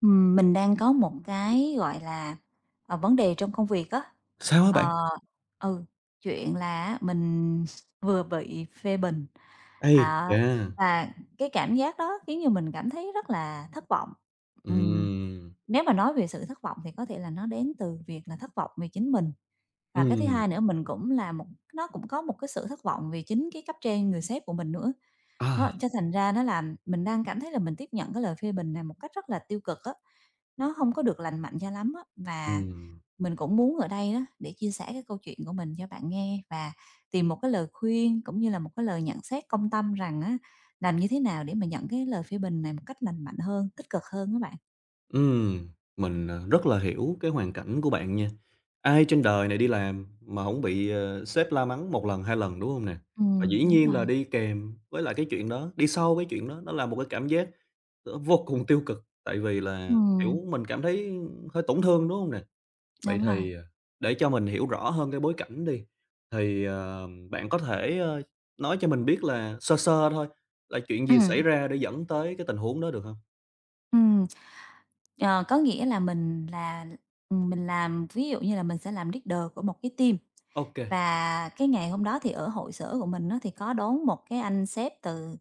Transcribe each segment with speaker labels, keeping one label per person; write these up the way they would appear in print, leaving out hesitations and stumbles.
Speaker 1: Mình đang có một cái, gọi là, vấn đề trong công việc á.
Speaker 2: Sao á bạn?
Speaker 1: Ờ, ừ, Chuyện là á mình vừa bị phê bình,
Speaker 2: Ây
Speaker 1: à,
Speaker 2: chà!
Speaker 1: và cái cảm giác đó khiến như mình cảm thấy rất là thất vọng. Ừm,
Speaker 2: Ừm,
Speaker 1: Nếu mà nói về sự thất vọng thì có thể là nó đến từ việc là thất vọng về chính mình, và cái thứ
Speaker 2: ừm,
Speaker 1: hai nữa mình cũng là một nó cũng có một cái sự thất vọng vì chính cái cấp trên, người sếp của mình nữa. Đó,
Speaker 2: à,
Speaker 1: cho thành ra nó làm mình đang cảm thấy là mình tiếp nhận cái lời phê bình này một cách rất là tiêu cực á, nó không có được lành mạnh cho lắm á. Và
Speaker 2: ừm,
Speaker 1: mình cũng muốn ở đây đó để chia sẻ cái câu chuyện của mình cho bạn nghe và tìm một cái lời khuyên cũng như là một cái lời nhận xét công tâm rằng á, làm như thế nào để mà nhận cái lời phê bình này một cách lành mạnh hơn, tích cực hơn các bạn.
Speaker 2: ừm, mình, rất là hiểu cái hoàn cảnh của bạn nha. Ai trên đời này đi làm mà hổng bị, sếp la mắng một lần, 2 lần, đúng hông nè? Và dĩ
Speaker 1: Đúng
Speaker 2: nhiên
Speaker 1: rồi.
Speaker 2: là đi kèm với lại cái chuyện đó, đi sau cái chuyện đó nó là một cái cảm giác, vô cùng tiêu cực, tại vì là,
Speaker 1: Ừm,
Speaker 2: kiểu, mình cảm thấy hơi tổn thương, đúng hông nè? Vậy
Speaker 1: đúng rồi.
Speaker 2: thì, để cho mình hiểu rõ hơn cái bối cảnh đi, thì, bạn có thể, nói cho mình biết là sơ sơ thôi, là chuyện gì xảy
Speaker 1: Ừm,
Speaker 2: ra để dẫn tới cái tình huống đó được không?
Speaker 1: ừm. Ờ, có nghĩa là mình làm ví dụ như là mình sẽ làm leader của một cái team,
Speaker 2: Ok,
Speaker 1: và cái ngày hôm đó thì ở hội sở của mình nó thì có đón một cái anh sếp từ,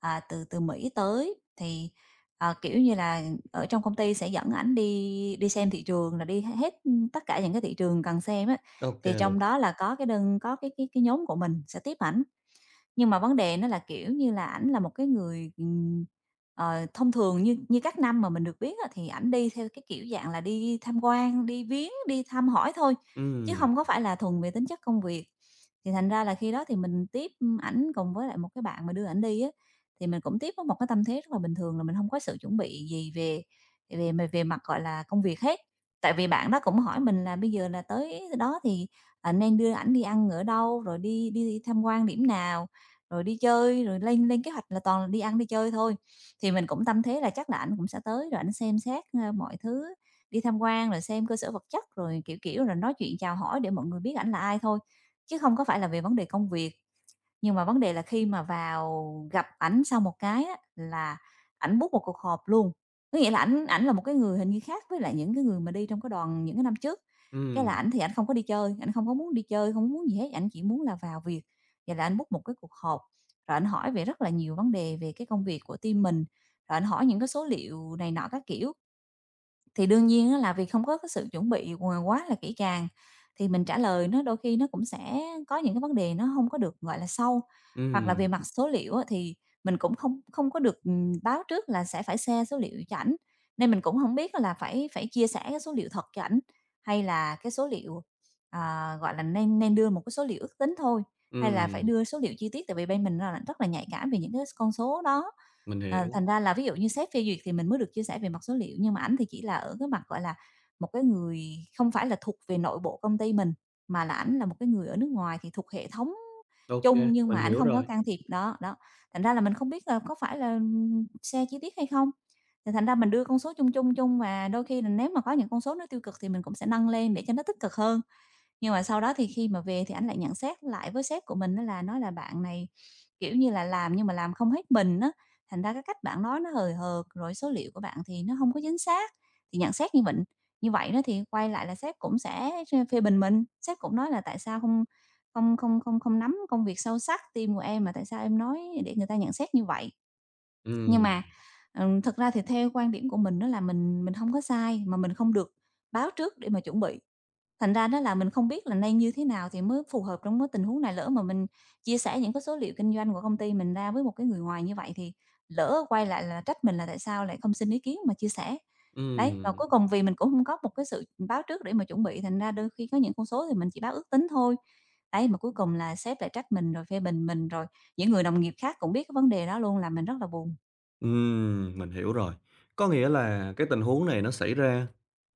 Speaker 1: à, từ từ Mỹ tới. Thì, kiểu như là, ở trong công ty sẽ dẫn ảnh đi đi xem thị trường là đi hết, tất cả những cái thị trường cần xem á,
Speaker 2: ok
Speaker 1: thì
Speaker 2: luôn.
Speaker 1: trong đó là có cái nhóm của mình sẽ tiếp ảnh. Nhưng mà vấn đề nó là, kiểu như là, ảnh là một cái người, thông thường như như các năm mà mình được biết á, thì ảnh đi theo cái kiểu dạng là đi tham quan, đi viếng, đi thăm hỏi thôi, chứ
Speaker 2: Ừm,
Speaker 1: không có phải là thuần về tính chất công việc. Thì thành ra là khi đó thì mình tiếp ảnh cùng với lại một cái bạn mà đưa ảnh đi á, thì mình cũng tiếp với một cái tâm thế rất là bình thường là mình không có sự chuẩn bị gì về về về về mặt, gọi là, công việc hết. Tại vì bạn đó cũng hỏi mình là "Bây giờ là tới đó thì, nên đưa ảnh đi ăn ở đâu, rồi đi đi tham quan điểm nào?" rồi đi chơi, rồi lên lên kế hoạch là toàn là đi ăn đi chơi thôi. Thì mình cũng tâm thế là chắc là ảnh cũng sẽ tới rồi ảnh xem xét, mọi thứ, đi tham quan rồi xem cơ sở vật chất, rồi, kiểu, rồi nói chuyện chào hỏi để mọi người biết ảnh là ai thôi, chứ không có phải là về vấn đề công việc. Nhưng mà vấn đề là khi mà vào gặp ảnh sau một cái á, là ảnh book một cuộc họp luôn. Có nghĩa là ảnh ảnh là một cái người hình như khác với lại những cái người mà đi trong cái đoàn những cái năm trước. Cái là
Speaker 2: ừm,
Speaker 1: ảnh thì ảnh không có đi chơi, ảnh không có muốn đi chơi, không muốn gì hết, ảnh chỉ muốn là vào việc. Vậy là ảnh book một cái cuộc họp, rồi ảnh hỏi về rất là nhiều vấn đề về cái công việc của team mình, rồi ảnh hỏi những cái số liệu này nọ các kiểu. Thì đương nhiên á là vì không có cái sự chuẩn bị quá là kỹ càng, thì mình trả lời nó đôi khi nó cũng sẽ có những cái vấn đề nó không có được, gọi là, sâu. Hoặc là
Speaker 2: ừm,
Speaker 1: về mặt số liệu á, thì mình cũng không không có được, báo trước là sẽ phải share số liệu cho ảnh, nên mình cũng không biết là phải phải chia sẻ cái số liệu thật cho ảnh, hay là cái số liệu, gọi là, nên nên đưa một cái số liệu ước tính thôi, hay là phải
Speaker 2: ừm,
Speaker 1: đưa số liệu chi tiết, tại vì bên mình là rất là nhạy cảm về những cái con số đó.
Speaker 2: mình hiểu.
Speaker 1: Thành ra là ví dụ như sếp phê duyệt thì mình mới được chia sẻ về mặt số liệu, nhưng mà ảnh thì chỉ là ở cái mặt, gọi là, một cái người không phải là thuộc về nội bộ công ty mình, mà là ảnh là một cái người ở nước ngoài thì thuộc hệ thống
Speaker 2: Ok,
Speaker 1: chung nhưng
Speaker 2: mình
Speaker 1: mà ảnh
Speaker 2: hiểu
Speaker 1: không có
Speaker 2: rồi.
Speaker 1: can thiệp. Đó, đó, thành ra là mình không biết là có phải là xe chi tiết hay không? Thì thành ra mình đưa con số chung chung chung và đôi khi là nếu mà có những con số nó tiêu cực thì mình cũng sẽ nâng lên để cho nó tích cực hơn. Nhưng mà sau đó thì khi mà về thì anh lại nhận xét lại với sếp của mình á là nói là "Bạn này, kiểu như là, làm nhưng mà làm không hết mình á, thành ra cái cách bạn nói nó hời hợt, rồi số liệu của bạn thì nó không có chính xác." Thì nhận xét như vậy đó thì quay lại là sếp cũng sẽ phê bình mình, sếp cũng nói là "Tại sao không không không không không nắm công việc sâu sắc team của em mà tại sao em nói để người ta nhận xét như vậy?" Nhưng
Speaker 2: Ừm,
Speaker 1: mà, thực ra thì theo quan điểm của mình đó là mình không có sai, mà mình không được báo trước để mà chuẩn bị. Thành ra đó là mình không biết là nên như thế nào thì mới phù hợp trong cái tình huống này, lỡ mà mình chia sẻ những cái số liệu kinh doanh của công ty mình ra với một cái người ngoài như vậy thì lỡ quay lại là trách mình là tại sao lại không xin ý kiến mà chia sẻ. Đấy, và
Speaker 2: ừm,
Speaker 1: cuối cùng vì mình cũng không có một cái sự báo trước để mà chuẩn bị, thành ra đôi khi có những con số thì mình chỉ báo ước tính thôi. Đấy, mà cuối cùng là sếp lại trách mình rồi phê bình mình, rồi những người đồng nghiệp khác cũng biết cái vấn đề đó luôn làm mình rất là buồn,
Speaker 2: mình hiểu rồi. Có nghĩa là cái tình huống này nó xảy ra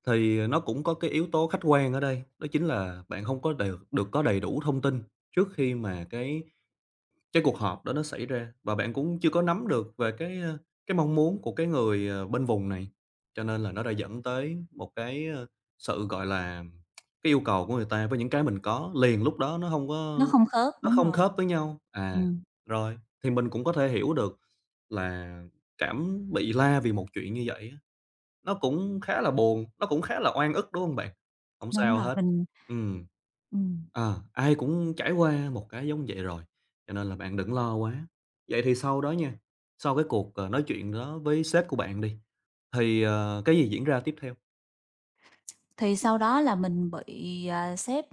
Speaker 2: thì nó cũng có cái yếu tố khách quan ở đây, đó chính là bạn không có đều được có đầy đủ thông tin trước khi mà cái cuộc họp đó nó xảy ra, và bạn cũng chưa có nắm được về cái, cái mong muốn của cái người, bên vùng này, cho nên là nó đã dẫn tới một cái, sự, gọi là, cái yêu cầu của người ta với những cái mình có liền lúc đó
Speaker 1: nó không khớp,
Speaker 2: nó
Speaker 1: đúng
Speaker 2: không
Speaker 1: rồi.
Speaker 2: khớp với nhau.
Speaker 1: Ừm,
Speaker 2: Rồi, thì mình cũng có thể hiểu được là cảm bị la vì một chuyện như vậy á, nó cũng khá là buồn, nó cũng khá là oan ức, đúng hông bạn? Hổng
Speaker 1: đúng
Speaker 2: sao
Speaker 1: rồi,
Speaker 2: hết.
Speaker 1: mình,
Speaker 2: Ừm.
Speaker 1: ừm.
Speaker 2: Ờ, ai cũng trải qua một cái giống vậy rồi, cho nên là bạn đừng lo quá. Vậy thì sau đó nha, sau cái cuộc, nói chuyện đó với sếp của bạn đi, thì, cái gì diễn ra tiếp theo?
Speaker 1: Thì sau đó là mình bị, sếp,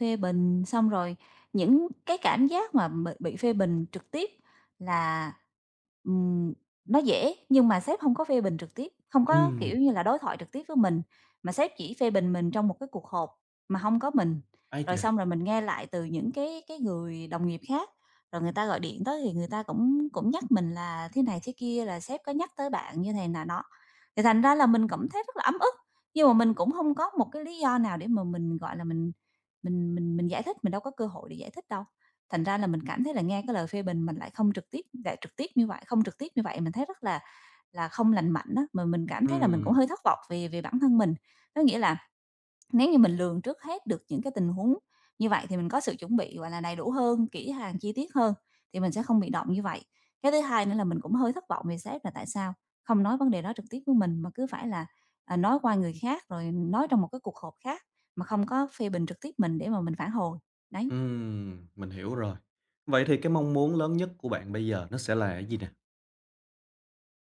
Speaker 1: phê bình, xong rồi những cái cảm giác mà bị phê bình trực tiếp là, ừm, nó dễ, nhưng mà sếp không có phê bình trực tiếp, không có,
Speaker 2: Ừm.
Speaker 1: kiểu như là, đối thoại trực tiếp với mình, mà sếp chỉ phê bình mình trong một cái cuộc họp mà không có mình.
Speaker 2: Ái
Speaker 1: Rồi
Speaker 2: chà!
Speaker 1: xong rồi mình nghe lại từ những cái người đồng nghiệp khác, rồi người ta gọi điện tới thì người ta cũng cũng nhắc mình là thế này thế kia, là sếp có nhắc tới bạn như thế này nọ. Thì thành ra là mình cảm thấy rất là ấm ức. Nhưng mà mình cũng không có một cái lý do nào để mà mình, gọi là, mình giải thích, mình đâu có cơ hội để giải thích đâu. Thành ra là mình cảm thấy là nghe cái lời phê bình mình lại không trực tiếp lại trực tiếp như vậy không trực tiếp như vậy mình thấy rất là không lành mạnh á, mà mình cảm thấy là mình cũng
Speaker 2: Ừm,
Speaker 1: hơi thất vọng về về bản thân mình. Có nghĩa là nếu như mình lường trước hết được những cái tình huống như vậy thì mình có sự chuẩn bị, gọi là, đầy đủ hơn, kỹ càng, chi tiết hơn thì mình sẽ không bị động như vậy. Cái thứ hai nữa là mình cũng hơi thất vọng về sếp là tại sao không nói vấn đề đó trực tiếp với mình mà cứ phải là, nói qua người khác, rồi nói trong một cái cuộc họp khác mà không có phê bình trực tiếp mình để mà mình phản hồi, đấy.
Speaker 2: mình hiểu rồi. Vậy thì cái mong muốn lớn nhất của bạn bây giờ nó sẽ là cái gì nè?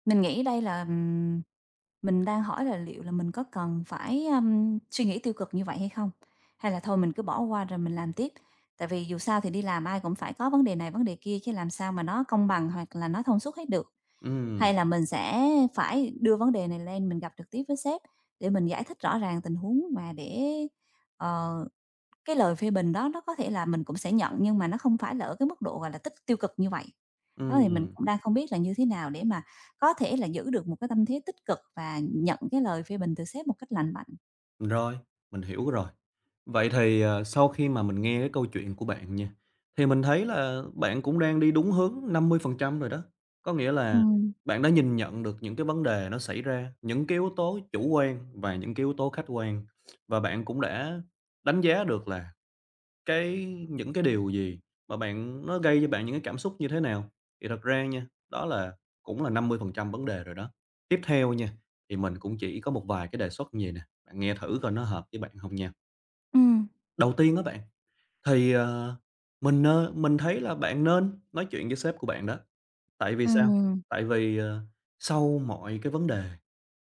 Speaker 1: Mình nghĩ đây là, mình đang hỏi là liệu là mình có cần phải, suy nghĩ tiêu cực như vậy hay không? Hay là thôi mình cứ bỏ qua rồi mình làm tiếp? Tại vì dù sao thì đi làm ai cũng phải có vấn đề này vấn đề kia chứ làm sao mà nó công bằng hoặc là nó thông suốt hết được.
Speaker 2: Ừm.
Speaker 1: Hay là mình sẽ phải đưa vấn đề này lên mình gặp trực tiếp với sếp để mình giải thích rõ ràng tình huống và để, ờ cái lời phê bình đó nó có thể là mình cũng sẽ nhận nhưng mà nó không phải là ở cái mức độ, gọi là, tích tiêu cực như vậy. Đó, thì mình
Speaker 2: Ừm.
Speaker 1: cũng đang không biết là như thế nào để mà có thể là giữ được một cái tâm thế tích cực và nhận cái lời phê bình từ sếp một cách lành mạnh.
Speaker 2: Rồi, mình hiểu rồi. Vậy thì, sau khi mà mình nghe cái câu chuyện của bạn nha, thì mình thấy là bạn cũng đang đi đúng hướng 50% rồi đó. Có nghĩa là
Speaker 1: Ừm,
Speaker 2: bạn đã nhìn nhận được những cái vấn đề nó xảy ra, những cái yếu tố chủ quan và những cái yếu tố khách quan, và bạn cũng đã đánh giá được là cái những cái điều gì mà bạn nó gây cho bạn những cái cảm xúc như thế nào? Thì thật ra nha, đó là cũng là 50% vấn đề rồi đó. Tiếp theo nha, thì mình cũng chỉ có một vài cái đề xuất như vầy nè, bạn nghe thử coi nó hợp với bạn không nha.
Speaker 1: ừm,
Speaker 2: Đầu tiên đó bạn, thì, mình thấy là bạn nên nói chuyện với sếp của bạn đó. Tại vì sao?
Speaker 1: ừm,
Speaker 2: Tại vì, sau mọi cái vấn đề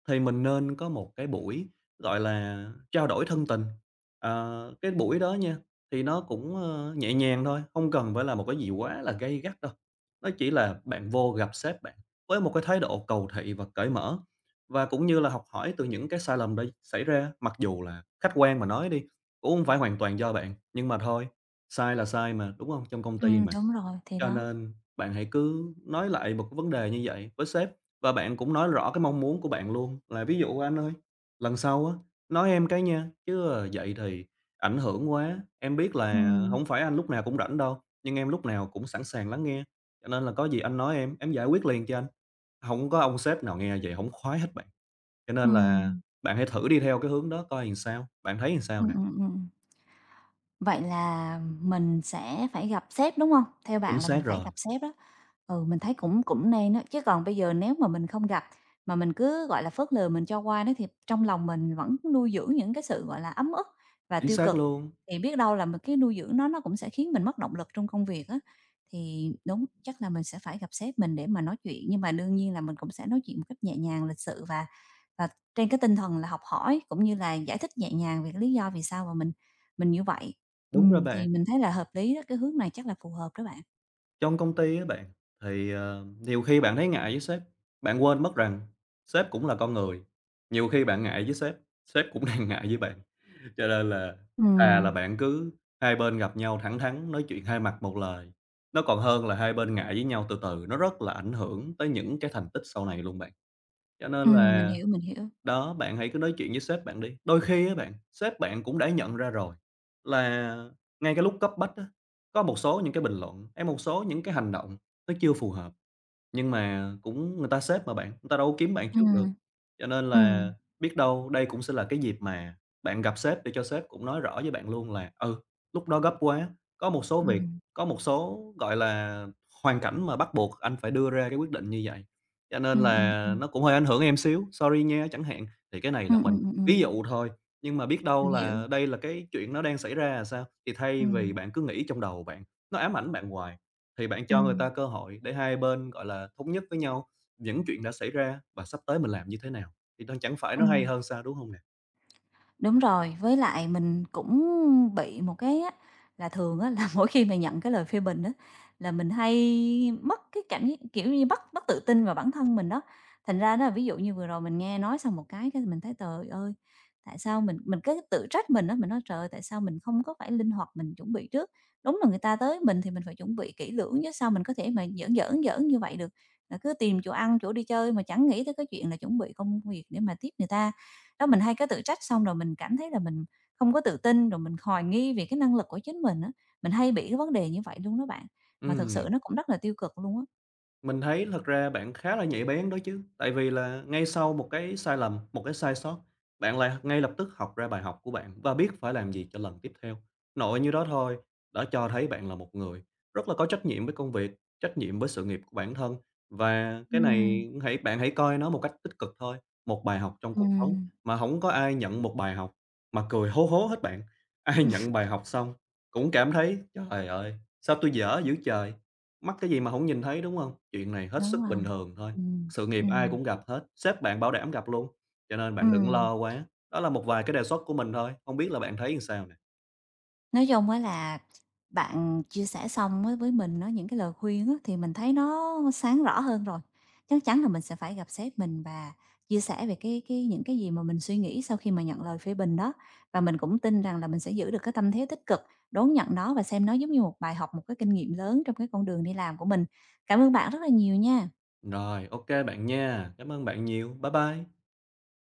Speaker 2: thì mình nên có một cái buổi, gọi là, trao đổi thân tình. Ờ, cái buổi đó nha, thì nó cũng, nhẹ nhàng thôi, không cần phải là một cái gì quá là gay gắt đâu. Nó chỉ là bạn vô gặp sếp bạn với một cái thái độ cầu thị và cởi mở, và cũng như là học hỏi từ những cái sai lầm đã xảy ra. Mặc dù là khách quan mà nói đi, cũng không phải hoàn toàn do bạn, nhưng mà thôi, sai là sai mà, đúng không? Trong công ty
Speaker 1: ừm,
Speaker 2: mà.
Speaker 1: đúng rồi, thì
Speaker 2: Cho
Speaker 1: đó.
Speaker 2: nên bạn hãy cứ nói lại một cái vấn đề như vậy với sếp, và bạn cũng nói rõ cái mong muốn của bạn luôn, là "Ví dụ anh ơi, lần sau á, nói em cái nha, chứ, vậy thì ảnh hưởng quá. Em biết là
Speaker 1: Ừm,
Speaker 2: không phải anh lúc nào cũng rảnh đâu, nhưng em lúc nào cũng sẵn sàng lắng nghe, cho nên là có gì anh nói em giải quyết liền cho anh." Không có ông sếp nào nghe vậy không khoái hết bạn. Cho nên là
Speaker 1: ừm,
Speaker 2: bạn hãy thử đi theo cái hướng đó coi làm sao, bạn thấy làm sao nè?
Speaker 1: ừm, ừm, ừm. Vậy là mình sẽ phải gặp sếp, đúng không? Theo
Speaker 2: Chính
Speaker 1: bạn là
Speaker 2: xác
Speaker 1: mình phải
Speaker 2: rồi,
Speaker 1: gặp sếp đó. Ừ, mình thấy cũng cũng nên á, chứ còn bây giờ nếu mà mình không gặp, mà mình cứ, gọi là, phớt lờ, mình cho qua đó thì trong lòng mình vẫn nuôi dưỡng những cái sự, gọi là, ấm ức và
Speaker 2: chính
Speaker 1: tiêu
Speaker 2: xác
Speaker 1: cực,
Speaker 2: luôn,
Speaker 1: thì biết đâu là mình cái nuôi dưỡng nó cũng sẽ khiến mình mất động lực trong công việc á. Thì đúng, chắc là mình sẽ phải gặp sếp mình để mà nói chuyện, nhưng mà đương nhiên là mình cũng sẽ nói chuyện một cách nhẹ nhàng, lịch sự và trên cái tinh thần là học hỏi, cũng như là giải thích nhẹ nhàng về cái lý do vì sao mà mình như vậy.
Speaker 2: đúng rồi
Speaker 1: Ừm.
Speaker 2: bạn.
Speaker 1: Thì mình thấy là hợp lý đó, cái hướng này chắc là phù hợp đó bạn.
Speaker 2: Trong công ty á bạn, thì, nhiều khi bạn thấy ngại với sếp, bạn quên mất rằng sếp cũng là con người. Nhiều khi bạn ngại với sếp, sếp cũng đang ngại với bạn, cho nên là à là
Speaker 1: Ừm,
Speaker 2: bạn cứ hai bên gặp nhau thẳng thắn, nói chuyện hai mặt một lời, nó còn hơn là hai bên ngại với nhau từ từ, nó rất là ảnh hưởng tới những cái thành tích sau này luôn bạn. Cho nên
Speaker 1: mình
Speaker 2: là
Speaker 1: hiểu, mình hiểu.
Speaker 2: đó, bạn hãy cứ nói chuyện với sếp bạn đi. Đôi khi á bạn, sếp bạn cũng đã nhận ra rồi là ngay cái lúc cấp bách á, có một số những cái bình luận, hay một số những cái hành động nó chưa phù hợp. Nhưng mà cũng người ta xếp mà bạn, người ta đâu có kiếm bạn trước được,
Speaker 1: Ừm,
Speaker 2: cho nên là
Speaker 1: ừm,
Speaker 2: biết đâu đây cũng sẽ là cái dịp mà bạn gặp sếp để cho sếp cũng nói rõ với bạn luôn, là "Ừ, lúc đó gấp quá, có một số việc,
Speaker 1: ừm,
Speaker 2: có một số, gọi là, hoàn cảnh mà bắt buộc anh phải đưa ra cái quyết định như vậy, cho nên
Speaker 1: ừm, ừm,
Speaker 2: là
Speaker 1: ừm.
Speaker 2: nó cũng hơi ảnh hưởng em xíu, sorry nha" chẳng hạn. Thì cái này là
Speaker 1: Ừm,
Speaker 2: mình
Speaker 1: ừm, ừm,
Speaker 2: ví
Speaker 1: ừm.
Speaker 2: dụ thôi, nhưng mà biết đâu
Speaker 1: Mình hiểu.
Speaker 2: là đây là cái chuyện nó đang xảy ra, à, sao? Thì thay vì
Speaker 1: Ừm,
Speaker 2: bạn cứ nghĩ trong đầu bạn, nó ám ảnh bạn hoài. Thì bạn cho người ta
Speaker 1: ừm,
Speaker 2: cơ hội để hai bên, gọi là, thống nhất với nhau những chuyện đã xảy ra và sắp tới mình làm như thế nào, thì nó chẳng phải nó hay
Speaker 1: ừm.
Speaker 2: hơn sao, đúng không nè?
Speaker 1: Đúng rồi, với lại mình cũng bị một cái á, là thường á, là mỗi khi mà nhận cái lời phê bình á, là mình hay mất cái cảm giác, kiểu như, mất mất tự tin vào bản thân mình đó. Thành ra đó, là ví dụ như vừa rồi mình nghe nói xong một cái mình thấy "Trời ơi, tại sao mình", mình cứ tự trách mình đó, mình nói "Trời ơi, tại sao mình không có phải linh hoạt, mình chuẩn bị trước?" Đúng là người ta tới mình thì mình phải chuẩn bị kỹ lưỡng chứ sao mình có thể mà giỡn như vậy được, là cứ tìm chỗ ăn, chỗ đi chơi mà chẳng nghĩ tới cái chuyện là chuẩn bị công việc để mà tiếp người ta. Đó, mình hay có tự trách xong rồi mình cảm thấy là mình không có tự tin, rồi mình hoài nghi về cái năng lực của chính mình á. Mình hay bị cái vấn đề như vậy luôn đó bạn, mà thực sự
Speaker 2: Ừm.
Speaker 1: nó cũng rất là tiêu cực luôn á.
Speaker 2: Mình thấy thật ra bạn khá là nhạy bén đó chứ, tại vì là ngay sau một cái sai lầm, một cái sai sót, bạn lại ngay lập tức học ra bài học của bạn và biết phải làm gì cho lần tiếp theo. Nội như đó thôi, đã cho thấy bạn là một người rất là có trách nhiệm với công việc, trách nhiệm với sự nghiệp của bản thân, và cái
Speaker 1: Ừm,
Speaker 2: này hãy bạn hãy coi nó một cách tích cực thôi, một bài học trong cuộc sống
Speaker 1: ừm,
Speaker 2: mà không có ai nhận một bài học mà cười hố hố hết bạn. Ai nhận bài học xong cũng cảm thấy "Trời ơi, sao tôi dở dữ trời!" Mắc cái gì mà hổng nhìn thấy, đúng hông? Chuyện này hết
Speaker 1: đúng
Speaker 2: sức
Speaker 1: rồi,
Speaker 2: bình thường thôi,
Speaker 1: ừm,
Speaker 2: sự nghiệp ai
Speaker 1: ừm,
Speaker 2: cũng gặp hết, sếp bạn bảo đảm gặp luôn, cho nên bạn đừng
Speaker 1: ừm.
Speaker 2: lo quá. Đó là một vài cái đề xuất của mình thôi, hông biết là bạn thấy làm sao nè?
Speaker 1: Nói chung á là bạn chia sẻ xong á với mình nó những cái lời khuyên á, thì mình thấy nó sáng rõ hơn rồi. Chắc chắn là mình sẽ phải gặp sếp mình và chia sẻ về cái những cái gì mà mình suy nghĩ sau khi mà nhận lời phê bình đó. Và mình cũng tin rằng là mình sẽ giữ được cái tâm thế tích cực, đón nhận nó và xem nó giống như một bài học, một cái kinh nghiệm lớn trong cái con đường đi làm của mình. Cảm ơn bạn rất là nhiều nha.
Speaker 2: Rồi, ô kê bạn nha, cảm ơn bạn nhiều, bye bye.